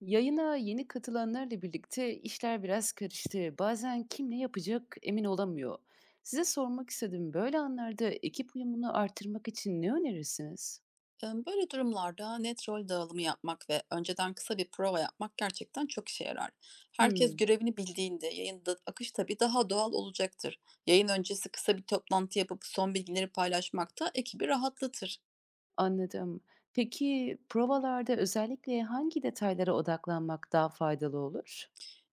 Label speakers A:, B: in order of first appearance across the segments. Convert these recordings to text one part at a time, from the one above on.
A: Yayına yeni katılanlarla birlikte işler biraz karıştı. Bazen kim ne yapacak emin olamıyor. Size sormak istedim. Böyle anlarda ekip uyumunu artırmak için ne önerirsiniz?
B: Böyle durumlarda net rol dağılımı yapmak ve önceden kısa bir prova yapmak gerçekten çok işe yarar. Herkes
A: Hmm,
B: görevini bildiğinde yayında akış tabii daha doğal olacaktır. Yayın öncesi kısa bir toplantı yapıp son bilgileri paylaşmak da ekibi rahatlatır.
A: anladım. Peki provalarda özellikle hangi detaylara odaklanmak daha faydalı olur?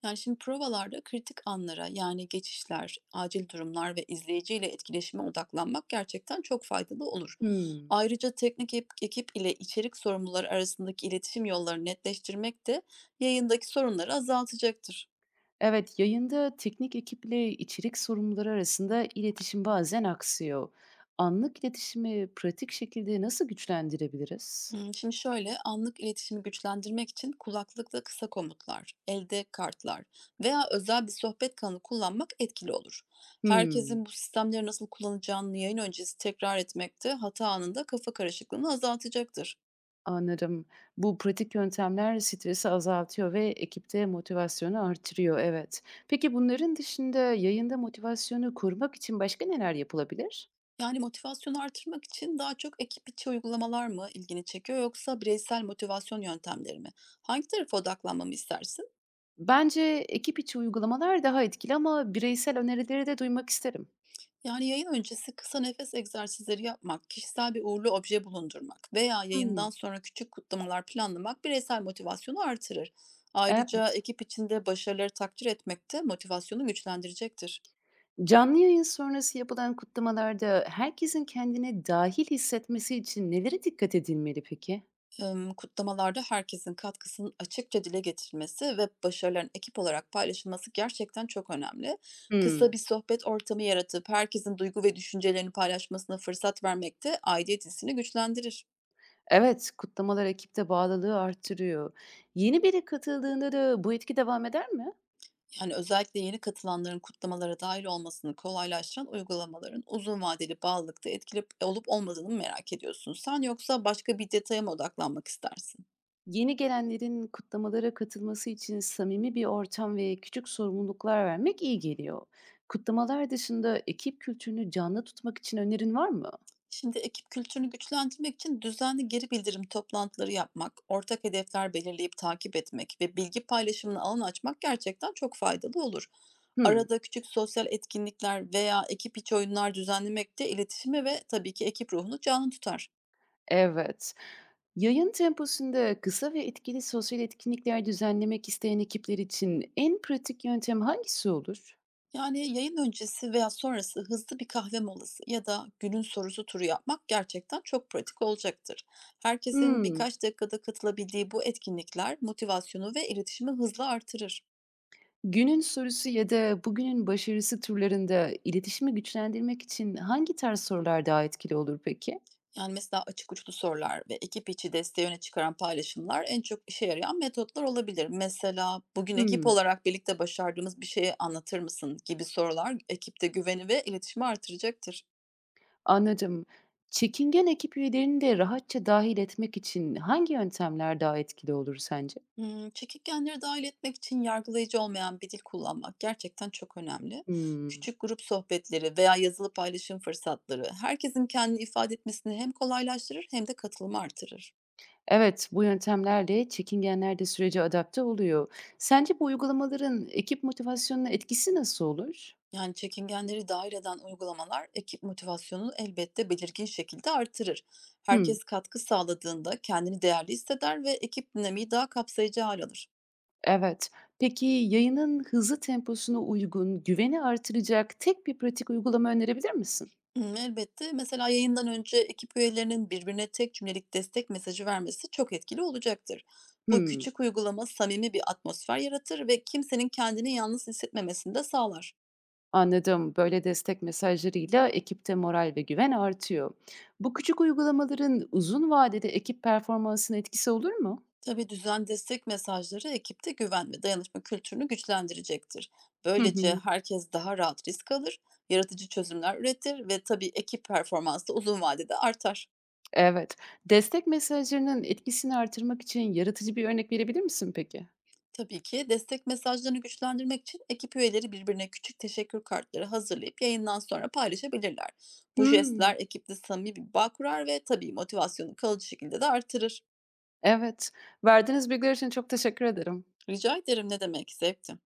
B: Yani şimdi provalarda kritik anlara, yani geçişler, acil durumlar ve izleyiciyle etkileşime odaklanmak gerçekten çok faydalı olur.
A: Hmm,
B: Ayrıca teknik ekip ile içerik sorumluları arasındaki iletişim yollarını netleştirmek de yayındaki sorunları azaltacaktır.
A: evet, yayında teknik ekiple içerik sorumluları arasında iletişim bazen aksıyor. Anlık iletişimi pratik şekilde nasıl güçlendirebiliriz?
B: Hmm, şimdi şöyle, anlık iletişimi güçlendirmek için kulaklıkla kısa komutlar, elde kartlar veya özel bir sohbet kanalı kullanmak etkili olur.
A: Hmm.
B: Herkesin bu sistemleri nasıl kullanacağını yayın öncesi tekrar etmek de hata anında kafa karışıklığını azaltacaktır.
A: Anladım. Bu pratik yöntemler stresi azaltıyor ve ekipte motivasyonu artırıyor, evet. Peki bunların dışında yayında motivasyonu korumak için başka neler yapılabilir?
B: Yani motivasyonu artırmak için daha çok ekip içi uygulamalar mı ilgini çekiyor, yoksa bireysel motivasyon yöntemleri mi? Hangi tarafa odaklanmamı istersin?
A: Bence ekip içi uygulamalar daha etkili ama bireysel önerileri de duymak isterim.
B: Yani, yayın öncesi kısa nefes egzersizleri yapmak, kişisel bir uğurlu obje bulundurmak veya
A: Hmm,
B: yayından sonra küçük kutlamalar planlamak bireysel motivasyonu artırır. Ayrıca
A: evet.
B: ekip içinde başarıları takdir etmek de motivasyonu güçlendirecektir.
A: Canlı yayın sonrası yapılan kutlamalarda herkesin kendini dahil hissetmesi için nelere dikkat edilmeli peki?
B: Kutlamalarda herkesin katkısının açıkça dile getirilmesi ve başarıların ekip olarak paylaşılması gerçekten çok önemli. Kısa
A: Hmm.
B: bir sohbet ortamı yaratıp herkesin duygu ve düşüncelerini paylaşmasına fırsat vermek de aidiyet hissini güçlendirir.
A: Evet, kutlamalar ekipte bağlılığı arttırıyor. Yeni biri katıldığında da bu etki devam eder mi?
B: Yani, özellikle yeni katılanların kutlamalara dahil olmasını kolaylaştıran uygulamaların uzun vadeli bağlılıkta etkili olup olmadığını mı merak ediyorsun sen, yoksa başka bir detaya mı odaklanmak istersin?
A: Yeni gelenlerin kutlamalara katılması için samimi bir ortam ve küçük sorumluluklar vermek iyi geliyor. Kutlamalar dışında ekip kültürünü canlı tutmak için önerin var mı?
B: Şimdi, ekip kültürünü güçlendirmek için düzenli geri bildirim toplantıları yapmak, ortak hedefler belirleyip takip etmek ve bilgi paylaşımına alan açmak gerçekten çok faydalı olur.
A: Hmm,
B: Arada küçük sosyal etkinlikler veya ekip içi oyunlar düzenlemek de iletişimi ve tabii ki ekip ruhunu canlı tutar.
A: evet. Yayın temposunda kısa ve etkili sosyal etkinlikler düzenlemek isteyen ekipler için en pratik yöntem hangisi olur?
B: Yani yayın öncesi veya sonrası hızlı bir kahve molası ya da günün sorusu turu yapmak gerçekten çok pratik olacaktır. Herkesin
A: Hmm,
B: birkaç dakikada katılabildiği bu etkinlikler motivasyonu ve iletişimi hızla artırır.
A: günün sorusu ya da bugünün başarısı türlerinde iletişimi güçlendirmek için hangi tarz sorular daha etkili olur peki?
B: Yani mesela açık uçlu sorular ve ekip içi desteği öne çıkaran paylaşımlar en çok işe yarayan metotlar olabilir. Mesela, bugün ekip
A: Hımm,
B: olarak birlikte başardığımız bir şeyi anlatır mısın gibi sorular ekipte güveni ve iletişimi artıracaktır.
A: anladım. Çekingen ekip üyelerini de rahatça dahil etmek için hangi yöntemler daha etkili olur sence?
B: Hımm, çekingenleri dâhil etmek için yargılayıcı olmayan bir dil kullanmak gerçekten çok önemli.
A: Hımm.
B: Küçük grup sohbetleri veya yazılı paylaşım fırsatları herkesin kendini ifade etmesini hem kolaylaştırır hem de katılımı artırır.
A: Evet, bu yöntemlerle çekingenler de sürece adapte oluyor. Sence bu uygulamaların ekip motivasyonuna etkisi nasıl olur?
B: Yani çekingenleri dahil eden uygulamalar ekip motivasyonunu elbette belirgin şekilde artırır.
A: Hımm,
B: Herkes katkı sağladığında kendini değerli hisseder ve ekip dinamiği daha kapsayıcı hal alır.
A: evet. Peki yayının hızlı temposuna uygun, güveni artıracak tek bir pratik uygulama önerebilir misin?
B: Hımm, elbette. Mesela yayından önce ekip üyelerinin birbirine tek cümlelik destek mesajı vermesi çok etkili olacaktır. Bu
A: Hımm,
B: küçük uygulama samimi bir atmosfer yaratır ve kimsenin kendini yalnız hissetmemesini de sağlar.
A: anladım. Böyle destek mesajlarıyla ekipte moral ve güven artıyor. Bu küçük uygulamaların uzun vadede ekip performansına etkisi olur mu?
B: Tabii düzen destek mesajları ekipte güven ve dayanışma kültürünü güçlendirecektir.
A: Hı
B: Böylece
A: hı.
B: herkes daha rahat risk alır, yaratıcı çözümler üretir ve tabii ekip performansı uzun vadede artar.
A: Evet. Destek mesajlarının etkisini artırmak için yaratıcı bir örnek verebilir misin peki?
B: Tabii ki destek mesajlarını güçlendirmek için ekip üyeleri birbirine küçük teşekkür kartları hazırlayıp yayından sonra paylaşabilirler. Bu
A: Hımm.
B: jestler ekipte samimi bir bağ kurar ve tabii motivasyonu kalıcı şekilde de artırır.
A: Evet. Verdiğiniz bilgiler için çok teşekkür ederim.
B: Rica ederim, ne demek, zevkti.